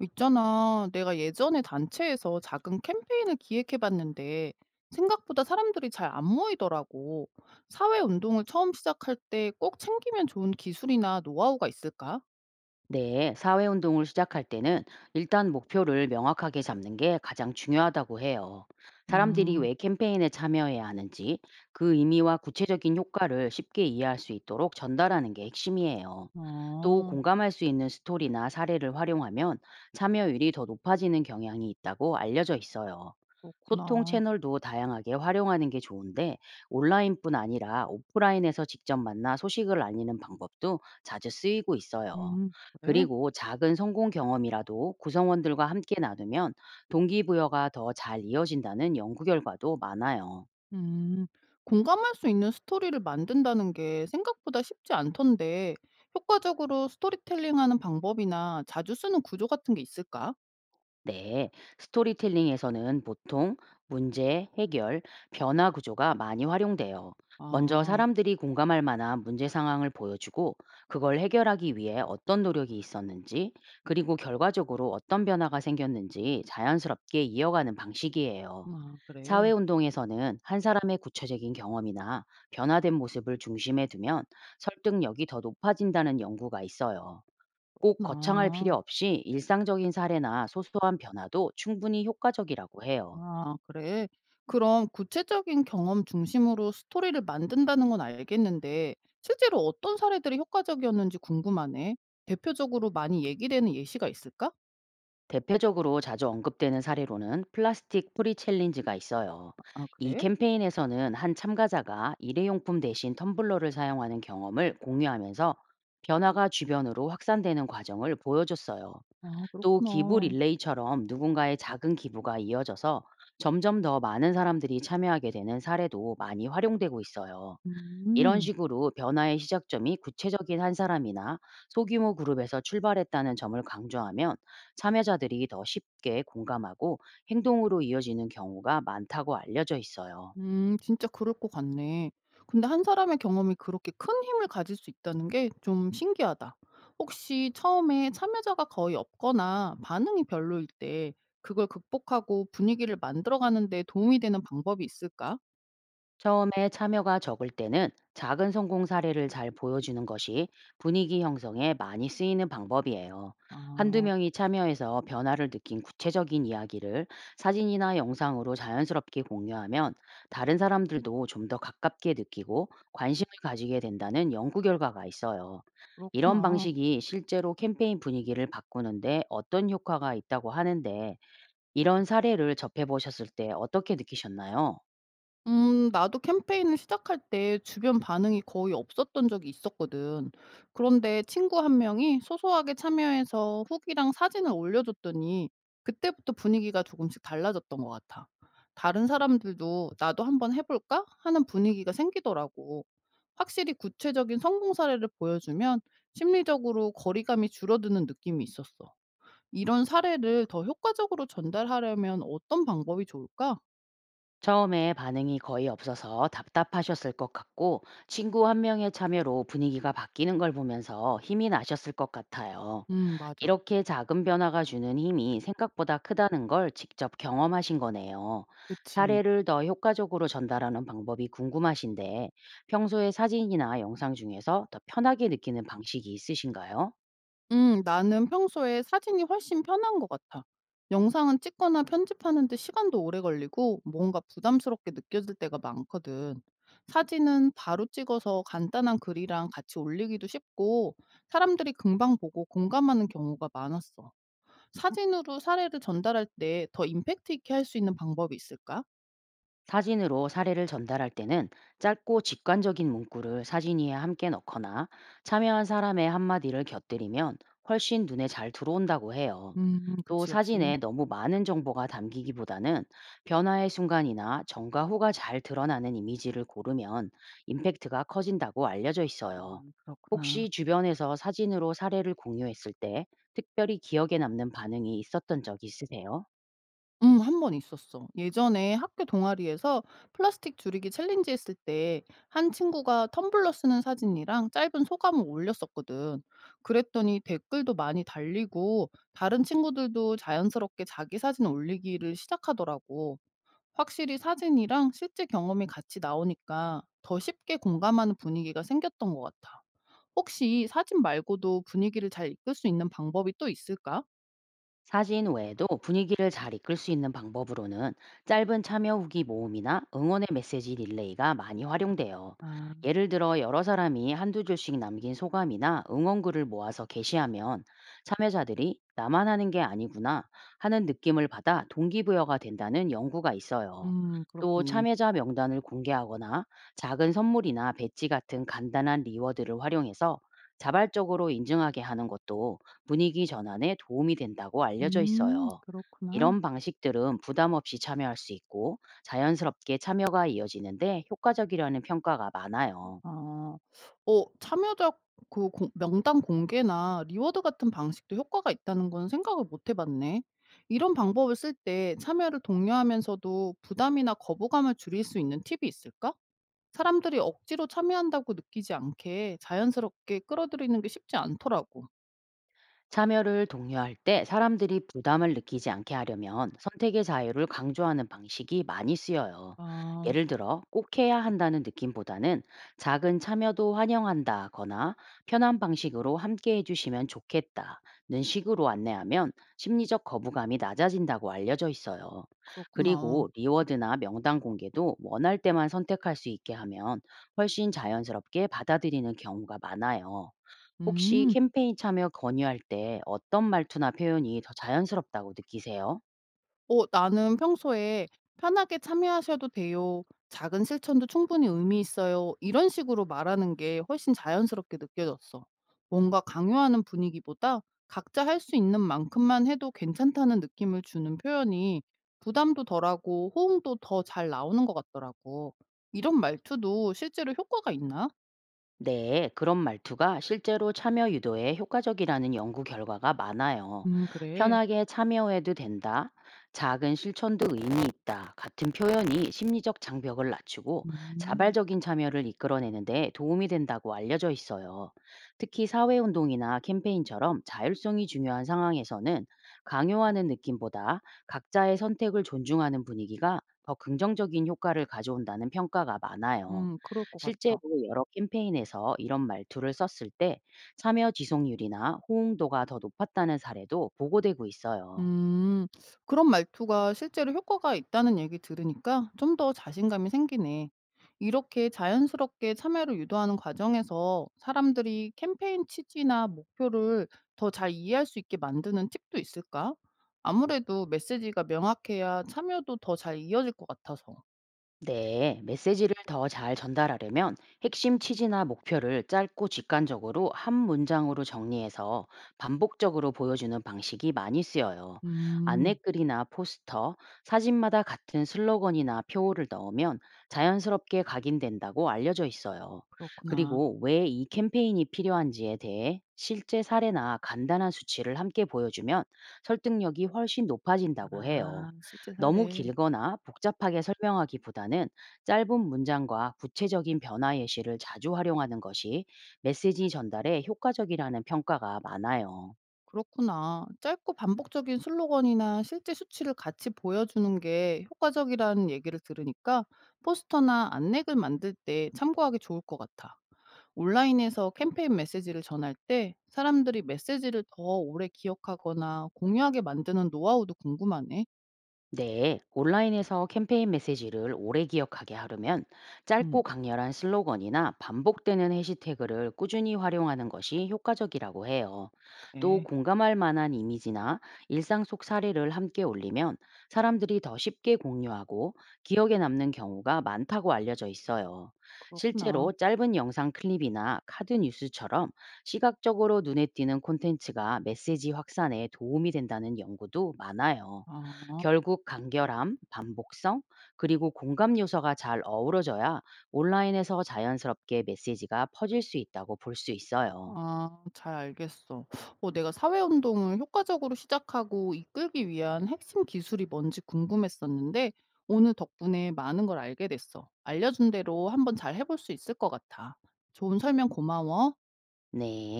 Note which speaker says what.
Speaker 1: 있잖아, 내가 예전에 단체에서 작은 캠페인을 기획해봤는데 생각보다 사람들이 잘 안 모이더라고. 사회 운동을 처음 시작할 때 꼭 챙기면 좋은 기술이나 노하우가 있을까?
Speaker 2: 네, 사회운동을 시작할 때는 일단 목표를 명확하게 잡는 게 가장 중요하다고 해요. 사람들이
Speaker 1: 음,
Speaker 2: 왜 캠페인에 참여해야 하는지 그 의미와 구체적인 효과를 쉽게 이해할 수 있도록 전달하는 게 핵심이에요. 또
Speaker 1: 아,
Speaker 2: 공감할 수 있는 스토리나 사례를 활용하면 참여율이 더 높아지는 경향이 있다고 알려져 있어요. 소통
Speaker 1: 그렇구나.
Speaker 2: 채널도 다양하게 활용하는 게 좋은데, 온라인뿐 아니라 오프라인에서 직접 만나 소식을 알리는 방법도 자주 쓰이고 있어요.
Speaker 1: 음, 그래?
Speaker 2: 그리고 작은 성공 경험이라도 구성원들과 함께 나누면 동기부여가 더 잘 이어진다는 연구 결과도 많아요.
Speaker 1: 음, 공감할 수 있는 스토리를 만든다는 게 생각보다 쉽지 않던데 효과적으로 스토리텔링 하는 방법이나 자주 쓰는 구조 같은 게 있을까?
Speaker 2: 네, 스토리텔링에서는 보통 문제, 해결, 변화 구조가 많이 활용돼요. 먼저
Speaker 1: 아,
Speaker 2: 사람들이 공감할 만한 문제 상황을 보여주고, 그걸 해결하기 위해 어떤 노력이 있었는지, 그리고 결과적으로 어떤 변화가 생겼는지 자연스럽게 이어가는 방식이에요.
Speaker 1: 아, 그래.
Speaker 2: 사회운동에서는 한 사람의 구체적인 경험이나 변화된 모습을 중심에 두면 설득력이 더 높아진다는 연구가 있어요. 꼭 거창할 필요
Speaker 1: 나
Speaker 2: 없이 일상적인 사례나 소소한 변화도 충분히 효과적이라고 해요.
Speaker 1: 아, 그래. 그럼 구체적인 경험 중심으로 스토리를 만든다는 건 알겠는데, 실제로 어떤 사례들이 효과적이었는지 궁금하네. 대표적으로 많이 얘기되는 예시가 있을까?
Speaker 2: 대표적으로 자주 언급되는 사례로는 플라스틱 프리 챌린지가 있어요.
Speaker 1: 아,
Speaker 2: 이
Speaker 1: 그래?
Speaker 2: 캠페인에서는 한 참가자가 일회용품 대신 텀블러를 사용하는 경험을 공유하면서 변화가 주변으로 확산되는 과정을 보여줬어요.
Speaker 1: 아,
Speaker 2: 또 기부
Speaker 1: 그렇구나.
Speaker 2: 릴레이처럼 누군가의 작은 기부가 이어져서 점점 더 많은 사람들이 참여하게 되는 사례도 많이 활용되고 있어요. 이런
Speaker 1: 음.
Speaker 2: 식으로 변화의 시작점이 구체적인 한 사람이나 소규모 그룹에서 출발했다는 점을 강조하면 참여자들이 더 쉽게 공감하고 행동으로 이어지는 경우가 많다고 알려져 있어요.
Speaker 1: 진짜 그럴 것 같네. 근데 한 사람의 경험이 그렇게 큰 힘을 가질 수 있다는 게 좀 신기하다. 혹시 처음에 참여자가 거의 없거나 반응이 별로일 때 그걸 극복하고 분위기를 만들어가는 데 도움이 되는 방법이 있을까?
Speaker 2: 처음에 참여가 적을 때는 작은 성공 사례를 잘 보여주는 것이 분위기 형성에 많이 쓰이는 방법이에요. 한두
Speaker 1: 아,
Speaker 2: 명이 참여해서 변화를 느낀 구체적인 이야기를 사진이나 영상으로 자연스럽게 공유하면 다른 사람들도 좀 더 가깝게 느끼고 관심을 가지게 된다는 연구 결과가 있어요. 이런
Speaker 1: 그렇구나.
Speaker 2: 방식이 실제로 캠페인 분위기를 바꾸는데 어떤 효과가 있다고 하는데, 이런 사례를 접해 보셨을 때 어떻게 느끼셨나요?
Speaker 1: 나도 캠페인을 시작할 때 주변 반응이 거의 없었던 적이 있었거든. 그런데 친구 한 명이 소소하게 참여해서 후기랑 사진을 올려줬더니 그때부터 분위기가 조금씩 달라졌던 것 같아. 다른 사람들도 나도 한번 해볼까? 하는 분위기가 생기더라고. 확실히 구체적인 성공 사례를 보여주면 심리적으로 거리감이 줄어드는 느낌이 있었어. 이런 사례를 더 효과적으로 전달하려면 어떤 방법이 좋을까?
Speaker 2: 처음에 반응이 거의 없어서 답답하셨을 것 같고, 친구 한 명의 참여로 분위기가 바뀌는 걸 보면서 힘이 나셨을 것 같아요.
Speaker 1: 맞아.
Speaker 2: 이렇게 작은 변화가 주는 힘이 생각보다 크다는 걸 직접 경험하신 거네요.
Speaker 1: 그치.
Speaker 2: 사례를 더 효과적으로 전달하는 방법이 궁금하신데, 평소에 사진이나 영상 중에서 더 편하게 느끼는 방식이 있으신가요?
Speaker 1: 나는 평소에 사진이 훨씬 편한 것 같아. 영상은 찍거나 편집하는데 시간도 오래 걸리고 뭔가 부담스럽게 느껴질 때가 많거든. 사진은 바로 찍어서 간단한 글이랑 같이 올리기도 쉽고 사람들이 금방 보고 공감하는 경우가 많았어. 사진으로 사례를 전달할 때 더 임팩트 있게 할 수 있는 방법이 있을까?
Speaker 2: 사진으로 사례를 전달할 때는 짧고 직관적인 문구를 사진 위에 함께 넣거나 참여한 사람의 한마디를 곁들이면 훨씬 눈에 잘 들어온다고 해요. 또
Speaker 1: 그치, 역시.
Speaker 2: 사진에 너무 많은 정보가 담기기보다는 변화의 순간이나 전과 후가 잘 드러나는 이미지를 고르면 임팩트가 커진다고 알려져
Speaker 1: 아,
Speaker 2: 있어요.
Speaker 1: 그렇구나.
Speaker 2: 혹시 주변에서 사진으로 사례를 공유했을 때 특별히 기억에 남는 반응이 있었던 적 있으세요?
Speaker 1: 한 번 있었어. 예전에 학교 동아리에서 플라스틱 줄이기 챌린지 했을 때 한 친구가 텀블러 쓰는 사진이랑 짧은 소감을 올렸었거든. 그랬더니 댓글도 많이 달리고 다른 친구들도 자연스럽게 자기 사진 올리기를 시작하더라고. 확실히 사진이랑 실제 경험이 같이 나오니까 더 쉽게 공감하는 분위기가 생겼던 것 같아. 혹시 사진 말고도 분위기를 잘 이끌 수 있는 방법이 또 있을까?
Speaker 2: 사진 외에도 분위기를 잘 이끌 수 있는 방법으로는 짧은 참여 후기 모음이나 응원의 메시지 릴레이가 많이 활용돼요.
Speaker 1: 아
Speaker 2: 예를 들어 여러 사람이 한두 줄씩 남긴 소감이나 응원글을 모아서 게시하면 참여자들이 나만 하는 게 아니구나 하는 느낌을 받아 동기부여가 된다는 연구가 있어요. 또
Speaker 1: 그렇겠네.
Speaker 2: 참여자 명단을 공개하거나 작은 선물이나 배지 같은 간단한 리워드를 활용해서 자발적으로 인증하게 하는 것도 분위기 전환에 도움이 된다고 알려져 있어요.
Speaker 1: 그렇구나.
Speaker 2: 이런 방식들은 부담 없이 참여할 수 있고 자연스럽게 참여가 이어지는데 효과적이라는 평가가 많아요.
Speaker 1: 아. 어 참여자 그 공 명단 공개나 리워드 같은 방식도 효과가 있다는 건 생각을 못 해 봤네. 이런 방법을 쓸 때 참여를 독려하면서도 부담이나 거부감을 줄일 수 있는 팁이 있을까? 사람들이 억지로 참여한다고 느끼지 않게 자연스럽게 끌어들이는 게 쉽지 않더라고.
Speaker 2: 참여를 독려할 때 사람들이 부담을 느끼지 않게 하려면 선택의 자유를 강조하는 방식이 많이 쓰여요.
Speaker 1: 아
Speaker 2: 예를 들어 꼭 해야 한다는 느낌보다는 작은 참여도 환영한다거나 편한 방식으로 함께 해주시면 좋겠다는 식으로 안내하면 심리적 거부감이 낮아진다고 알려져 있어요.
Speaker 1: 그렇구나.
Speaker 2: 그리고 리워드나 명단 공개도 원할 때만 선택할 수 있게 하면 훨씬 자연스럽게 받아들이는 경우가 많아요. 혹시
Speaker 1: 음.
Speaker 2: 캠페인 참여 건의할 때 어떤 말투나 표현이 더 자연스럽다고 느끼세요?
Speaker 1: 어 "나는 평소에 '편하게 참여하셔도 돼요. 작은 실천도 충분히 의미 있어요.' 이런 식으로 말하는 게 훨씬 자연스럽게 느껴졌어. 뭔가 강요하는 분위기보다 각자 할 수 있는 만큼만 해도 괜찮다는 느낌을 주는 표현이 부담도 덜하고 호응도 더 잘 나오는 것 같더라고. 이런 말투도 실제로 효과가 있나?"
Speaker 2: 네, 그런 말투가 실제로 참여 유도에 효과적이라는 연구 결과가 많아요.
Speaker 1: 그래.
Speaker 2: 편하게 참여해도 된다, 작은 실천도 의미 있다 같은 표현이 심리적 장벽을 낮추고
Speaker 1: 음.
Speaker 2: 자발적인 참여를 이끌어내는데 도움이 된다고 알려져 있어요. 특히 사회운동이나 캠페인처럼 자율성이 중요한 상황에서는 강요하는 느낌보다 각자의 선택을 존중하는 분위기가 더 긍정적인 효과를 가져온다는 평가가 많아요.
Speaker 1: 그럴 것
Speaker 2: 실제로
Speaker 1: 같아.
Speaker 2: 여러 캠페인에서 이런 말투를 썼을 때 참여 지속률이나 호응도가 더 높았다는 사례도 보고되고 있어요.
Speaker 1: 음. 그런 말투가 실제로 효과가 있다는 얘기 들으니까 좀 더 자신감이 생기네. 이렇게 자연스럽게 참여를 유도하는 과정에서 사람들이 캠페인 취지나 목표를 더 잘 이해할 수 있게 만드는 팁도 있을까? 아무래도 메시지가 명확해야 참여도 더 잘 이어질 것 같아서.
Speaker 2: 네, 메시지를 더 잘 전달하려면 핵심 취지나 목표를 짧고 직관적으로 한 문장으로 정리해서 반복적으로 보여주는 방식이 많이 쓰여요.
Speaker 1: 음,
Speaker 2: 안내글이나 포스터, 사진마다 같은 슬로건이나 표어를 넣으면 자연스럽게 각인된다고 알려져 있어요.
Speaker 1: 그렇구나.
Speaker 2: 그리고 왜 이 캠페인이 필요한지에 대해 실제 사례나 간단한 수치를 함께 보여주면 설득력이 훨씬 높아진다고 해요.
Speaker 1: 아, 실제
Speaker 2: 너무
Speaker 1: 사례.
Speaker 2: 길거나 복잡하게 설명하기보다는 짧은 문장과 구체적인 변화 예시를 자주 활용하는 것이 메시지 전달에 효과적이라는 평가가 많아요.
Speaker 1: 그렇구나. 짧고 반복적인 슬로건이나 실제 수치를 같이 보여주는 게 효과적이라는 얘기를 들으니까 포스터나 안내글 만들 때 참고하기 좋을 것 같아. 온라인에서 캠페인 메시지를 전할 때 사람들이 메시지를 더 오래 기억하거나 공유하게 만드는 노하우도 궁금하네.
Speaker 2: 네, 온라인에서 캠페인 메시지를 오래 기억하게 하려면
Speaker 1: 음,
Speaker 2: 짧고 강렬한 슬로건이나 반복되는 해시태그를 꾸준히 활용하는 것이 효과적이라고 해요. 또
Speaker 1: 그래.
Speaker 2: 공감할 만한 이미지나 일상 속 사례를 함께 올리면 사람들이 더 쉽게 공유하고 기억에 남는 경우가 많다고 알려져 있어요.
Speaker 1: 그렇구나.
Speaker 2: 실제로 짧은 영상 클립이나 카드 뉴스처럼 시각적으로 눈에 띄는 콘텐츠가 메시지 확산에 도움이 된다는 연구도 많아요.
Speaker 1: 아.
Speaker 2: 결국 간결함, 반복성, 그리고 공감 요소가 잘 어우러져야 온라인에서 자연스럽게 메시지가 퍼질 수 있다고 볼 수 있어요.
Speaker 1: 아 잘 알겠어. 어 내가 사회운동을 효과적으로 시작하고 이끌기 위한 핵심 기술이 뭔지 궁금했었는데 오늘 덕분에 많은 걸 알게 됐어. 알려준 대로 한번 잘 해볼 수 있을 것 같아. 좋은 설명 고마워.
Speaker 2: 네.